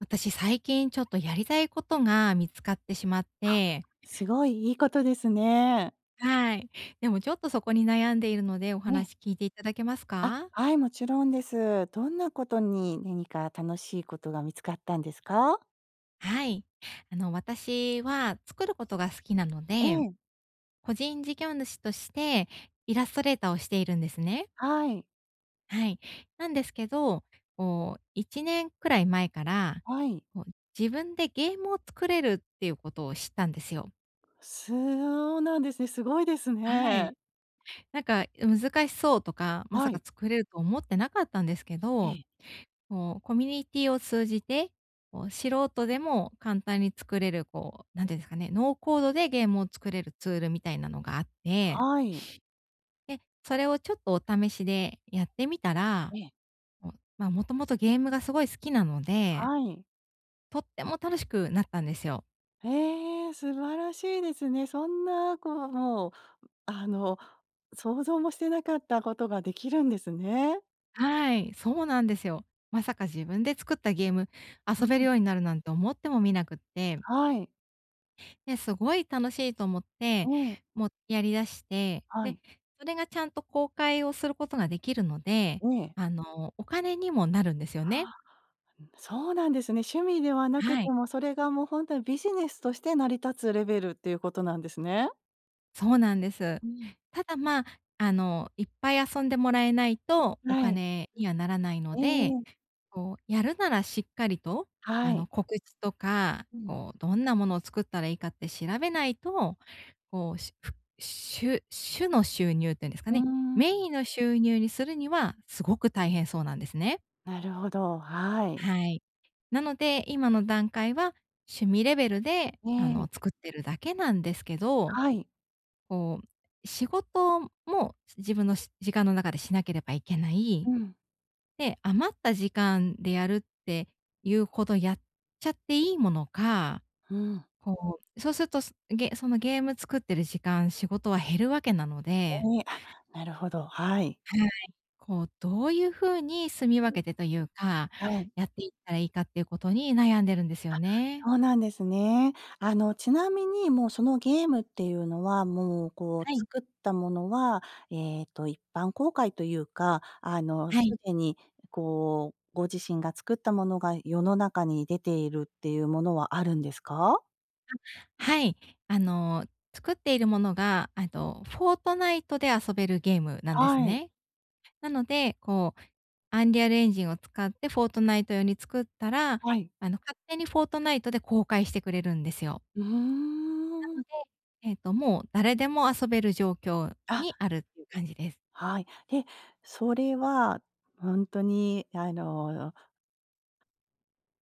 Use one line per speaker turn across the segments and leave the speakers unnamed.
私最近ちょっとやりたいことが見つかってしまっ
あ、
て、
すごいいいことですね。
はい。でもちょっとそこに悩んでいるのでお
ね。
話聞いていただけます
あ、
か？
はい、もちろんです。どんなことに何か楽しいことが見つかったんですか？
はい。私は作ることが好きなの
え
で、
え。
個人事業主としてイラストレーターをしているんですね。
はい、
はい。なんですけど、こう1年くらい前から、
はい。
こう自分でゲームを作れるっていうことを知ったんですよ。
そうなんですね。すごいです
は
ね。
い。なんか難しそうとか、ま
は
さか
い。
作れると思ってなかったんですけ
え
ど、
え。
こうコミュニティを通じて、こう素人でも簡単に作れる、こう、なんていうんですかね、ノーコードでゲームを作れるツールみたいなのがあって、
はい。
で、それをちょっとお試しでやってみたら、
ええ。
おまあ、もともとゲームがすごい好きなので、
はい。
とっても楽しくなったんですよ。
ええ、素晴らしいですね。そんなこう、もう、あの、想像もしてなかったことができるんですね。
はい、そうなんですよ。まさか自分で作ったゲーム
う
遊べる
ん、
ようになるなんて思ってもみなくって
はい。
で、すごい楽しいと思っ
え
て、
え、
もうやりだして、
は
で、
い。
それがちゃんと公開をすることができるので、
ええ。
お金にもなるんですよね。
そうなんですね。趣味ではなく
は
て
い。
も、それがもう本当にビジネスとして成り立つレベルっていうことなんですね。
そうなんです。
うん。
ただ、まあ、いっぱい遊んでもらえないとお
はい。
金にはならないの
えええ
で、
え。
こう、やるならしっかりと、
はい。
告知とか、
うん。
こう、どんなものを作ったらいいかって調べないとこう、しゅ主主の収入っていうんですか
うー
ね、
ん、
メインの収入にするにはすごく大変そうなんですね。
なるほど、はい。
はい。なので、今の段階は趣味レベルで、
ええ、
作ってるだけなんですけど、
はい。
こう、仕事も自分の時間の中でしなければいけな
う
い。
ん。
で、余った時間でやるっていうほどやっちゃっていいものか、
うん。
こう、そうすると、そのゲーム作ってる時間、仕事は減るわけなので。
ええ、あ、なるほど、はい。
はい。こう、どういう風に住み分けてというか、
はい。
やっていったらいいかっていうことに悩んでるんですよね。
そうなんですね。あの、ちなみにもうそのゲームっていうのは、もうこう
はい、
作ったものは、一般公開というか、
は
す
い。
でにこう、ご自身が作ったものが世の中に出ているっていうものはあるんですか？
はい。あの、作っているものが、あと、フォートナイトで遊べるゲームなんです
はい、
ね。なので、こう、アンリアルエンジンを使ってフォートナイト用に作ったら、
はい。
勝手にフォートナイトで公開してくれるんですよ。
うー
なの
ん。
で、もう誰でも遊べる状況
あ、
にあるっていう感じです。
はい。で、それはほんとに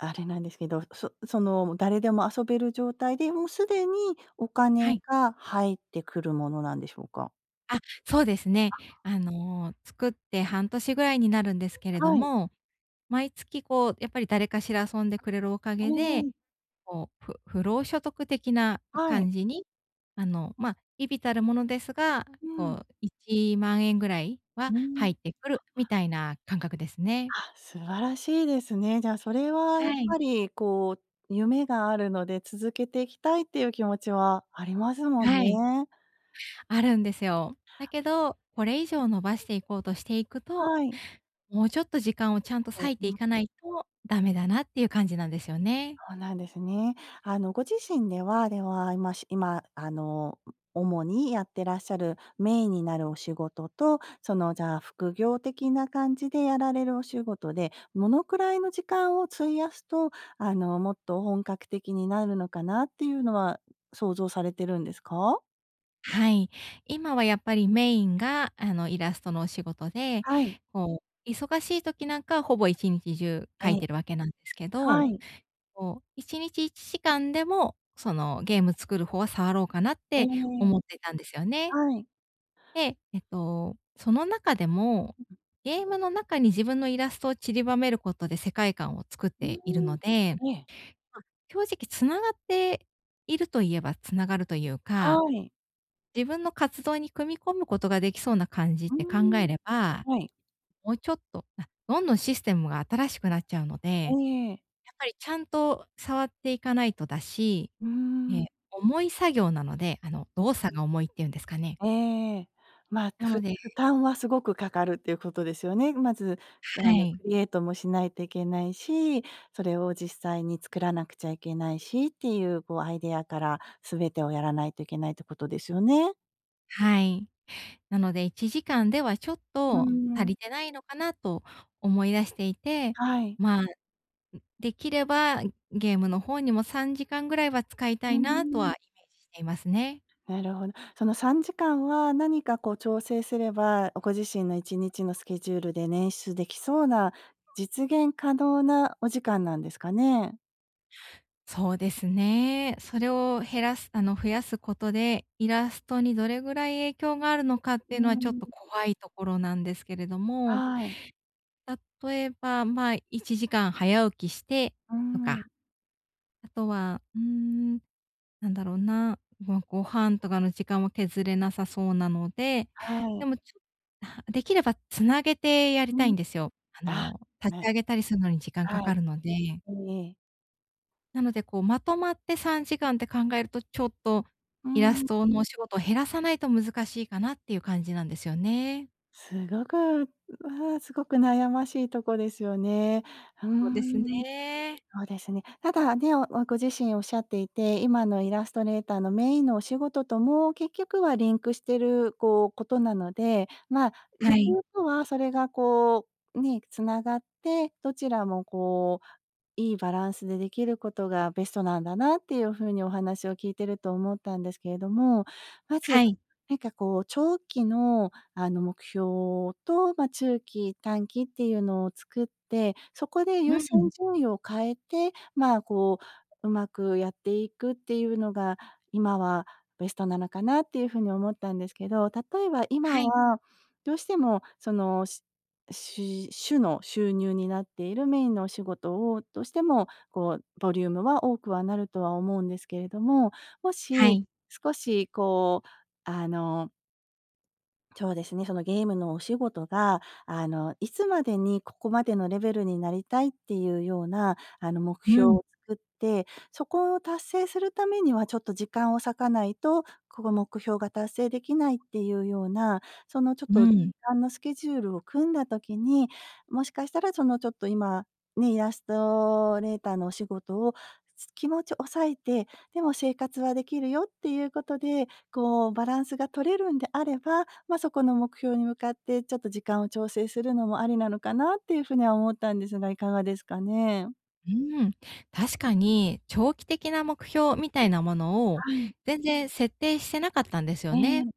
あれなんですけど、その、誰でも遊べる状態で、もうすでにお
は
金
い。
が入ってくるものなんでしょうか？
あ、そうですね。作って半年ぐらいになるんですけれど
はい。
も、毎月こう、やっぱり誰かしら遊んでくれるおか
え
げで、
え、
こう、不労所得的な
はい。
感じに、まあ、微々たるものですが、
うん。
こう1万円ぐらい
う
は入
ん。
ってくるみたいな感覚ですね。
あ、素晴らしいですね。じゃあ、それはやっ
はい。
ぱりこう、夢があるので続けていきたいっていう気持ちはありますもん
はい。
ね。
あるんですよ。だけど、これ以上伸ばしていこうとしていくと、
はい。
もうちょっと時間をちゃんと
え、
割いて
う
い
ん。
かないとダメだなっていう感じなんですよね。
そうなんですね。あの、ご自身では、では、今、あの、主にやってらっしゃるメインになるお仕事と、その、じゃあ、副業的な感じでやられるお仕事で、どのくらいの時間を費やすと、もっと本格的になるのかなっていうのは想像されてるんですか？
はい。今はやっぱりメインが、イラストのお仕事で、
はい。
こう、忙しい時なんかはほぼ1日中
え
描い
え。
てるわけなんですけ
は
ど、
い。
こう、1日1時間でも、その、ゲーム作る方は触ろうかなっ
え
て
え。
思ってたんですよね。
はい。
で、その中でも、ゲームの中に自分のイラストを散りばめることで世界観を作っ
う
ている
ー
ので、
ん。ええ。
ま、正直つながっているといえばつながるという
は
か
い。
自分の活動に組み込むことができそうな感じっ
う
て考え
ーん。
れば、
はい。
もうちょっと、あ、どんどんシステムが新しくなっちゃうので、
ええ。
やっぱりちゃんと触っていかないとだし、
うー
えー
ん。
重い作業なので、動作が重いっていうんですかね。
ええ。まあ、
な
ふ
ので。
負担はすごくかかるっていうことですよね。まず、
はい、
クリエイトもしないといけないし、それを実際に作らなくちゃいけないしっていう、こう、アイデアから全てをやらないといけないってことですよね。
はい。なので1時間ではちょっ
うー
と足
ん。
りてないのかなと思い出していて、
はい。
まあ、できればゲームの方にも3時間ぐらいは使い
う
た
ー
いなとは
ん、
イメージしていますね。
なるほど。その3時間は何かこう調整すれば、ご自身の1日のスケジュールで捻出できそうな、実現可能なお時間なんですかね？
そうですね。それを減らすあの、増やすことで、イラストにどれぐらい影響があるのかっ
う
て
ー
いうのはちょっ
ん。
と怖いところなんですけれども、
はい。
例えば、まあ、1時間早起きして
うー
と
ん。
か、あとは、うーん、なんだろうな、ご飯とかの時間は削れなさそうなので、
は
で
い。
もできればつなげてやり
う
たい
ん。
んですよ。
あ、
立ち
ね、
上げたりするのに時間か
はい。
かるので。
ええ
なので、こう、まとまって3時間って考えると、ちょっと
う
イラス
ん、
トのお仕事を減らさないと難しいかなっていう感じなんですよね。
すごくわあ、すごく悩ましいとこですよね。うー
そうです
ん、
ね。
そうですね。ただね、ご自身おっしゃっていて、今のイラストレーターのメインのお仕事とも結局はリンクしてる、こう、ことなので、まあ、ゆ
は
く
い。
ゆくはそれがこう、ね、繋がって、どちらもこういいバランスでできることがベストなんだなっていう風にお話を聞いてると思ったんですけれども、まず、
はい。
なんかこう長期の目標と、まあ、中期、短期っていうのを作って、そこで
う
優先
ん。
順位を変えて、まあ、こう、うまくやっていくっていうのが、今はベストなのかなっていう風に思ったんですけど、例えば
は
今
い。
はどうしてもその主の収入になっているメインのお仕事を、どうしてもこうボリュームは多くはなるとは思うんですけれども、も
は
し
い。
少しこうあのそうですね、そのゲームのお仕事が、いつまでにここまでのレベルになりたいっていうような、目
う
標
ん。
を作って、そこを達成するためにはちょっと時間を割かないと、ここ目標が達成できないっていうような、そのちょっ
う
と時
ん。
間のスケジュールを組んだ時に、もしかしたらそのちょっと今、ね、イラストレーターのお仕事を気持ち抑えて、でも生活はできるよっていうことで、こうバランスが取れるんであれば、まあ、そこの目標に向かって、ちょっと時間を調整するのもありなのかなっていうふうには思ったんですが、いかがですかね？
うん。確かに、長期的な目標みたいなものを、
はい。
全然設定してなかったんです
え
よ
え。
ね。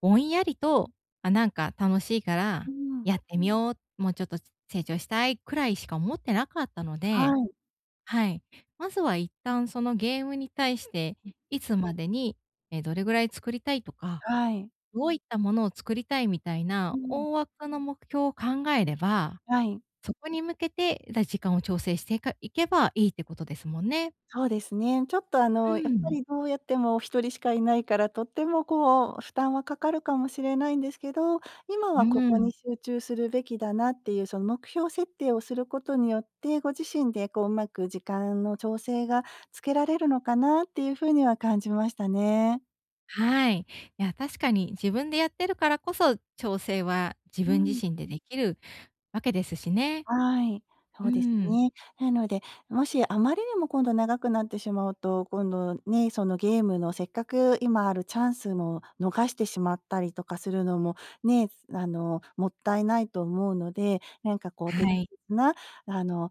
ぼんやりと、あ、なんか楽しいか
う
ら
ん。
やってみよう、もうちょっと成長したいくらいしか思ってなかったの
は
で。
い、
はい。まずは一旦そのゲームに対して、いつまでに、どれぐらい作りたいとか、
はい。
どういったものを作りたいみたい
う
な
ん。
大枠の目標を考えれば、
はい、
そこに向けて、時間を調整していかいけばいいってことですもんね。
そうですね。ちょっと
う
やっぱ
ん。
りどうやってもお一人しかいないから、とってもこう負担はかかるかもしれないんですけど、今
う
はここに
ん。
集中するべきだなっていうその目標設定をすることによって、ご自身でこううまく時間の調整がつけられるのかなっていうふうには感じましたね。
はい。いや、確かに自分でやってるからこそ、調整は自
う
分自
ん、
身でできるわけですしね。
はい。そ
う
うです
ん。
ね。なので、もしあまりにも今度長くなってしまうと、今度ね、そのゲームのせっかく今あるチャンスも逃してしまったりとかするのも、ね、もったいないと思うので、なんかこう
は
適
い。
切なあの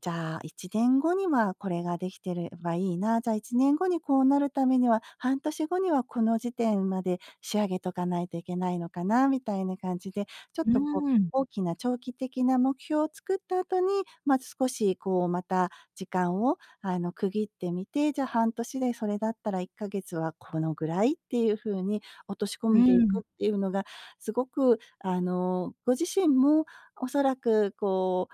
じゃあ1年後にはこれができてればいいな、じゃあ1年後にこうなるためには、半年後にはこの時点まで仕上げとかないといけないのかなみたいな感じで、ちょっ
う
とこう
ん。
大きな長期的な目標を作った後に、まず少しこうまた時間を区切ってみて、じゃあ半年でそれだったら1ヶ月はこのぐらいっていう風に落とし込
う
んでいく
ん。
っていうのが、すごくご自身もおそらく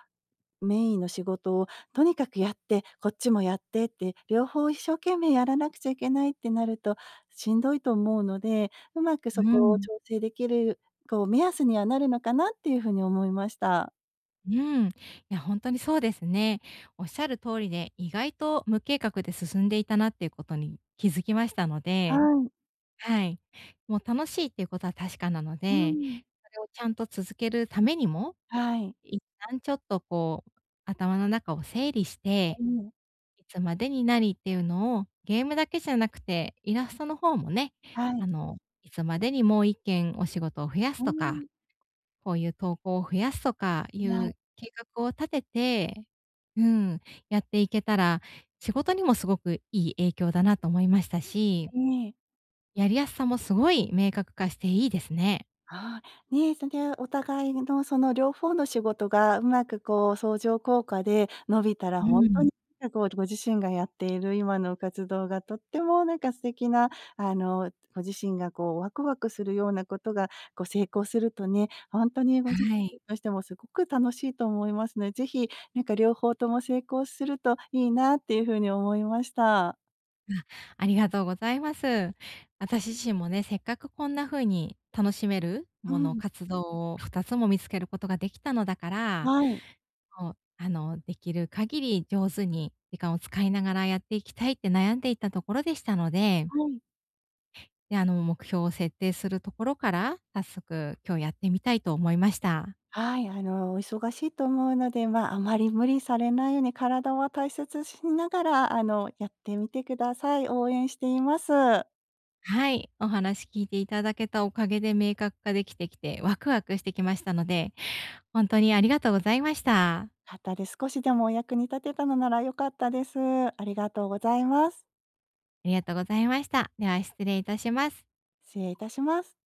メインの仕事をとにかくやって、こっちもやってって、両方一生懸命やらなくちゃいけないってなるとしんどいと思うので、うまく
う
そこを
ん。
調整できる、こう目安にはなるのかなっていうふうに思いました。
うん。いや、本当にそうですね。おっしゃる通りで、意外と無計画で進んでいたなっていうことに気づきましたの
は
で、
い。
はい。もう楽しいっていうことは確かなの
う
で、
ん。
それをちゃんと続けるためにも、
はい。
一旦ちょっとこう、頭の中を整理して、
ええ。
いつまでになりっていうのを、ゲームだけじゃなくて、イラストの方もね、
は
あ
い。
の、いつまでにもう1件お仕事を増やす
う
とか
ん。
こういう投稿を増やすとかい
はい。
う計画を立てて、うん、やっていけたら、仕事にもすごくいい影響だなと思いましたし、
ええ。
やりやすさもすごい明確化していいですね。
ああ、ねえ、それお互いのその両方の仕事がうまくこう相乗効果で伸びたら
う
ほんと
ん。
になんかこうご自身がやっている今の活動がとってもなんか素敵な、ご自身がこうワクワクするようなことがこう成功するとね、ほんとにご
は
自
い。
身としてもすごく楽しいと思いますね。ぜひなんか両方とも成功するといいなっていう風に思いました。
ありがとうございます。私自身もね、せっかくこんな風に楽しめる
う
もの、
ん、
活動を2つも見つけることができたのだから、
はい。
もう、できる限り上手に時間を使いながらやっていきたいって悩んでいたところでしたので、
はい。
で、目標を設定するところから、早速今日やってみたいと思いました。
はい、あの、お忙しいと思うので、まあ、あまり無理されないように体は大切しながら、やってみてください。応援しています。
はい、お話聞いていただけたおかげで明確化できてきて、ワクワクしてきましたので、本当にありがとうございました。あ
方です少しでもお役に立てたのなら良かったです。ありがとうございます。
りがとうございました。では失礼いたします。
失礼いたします。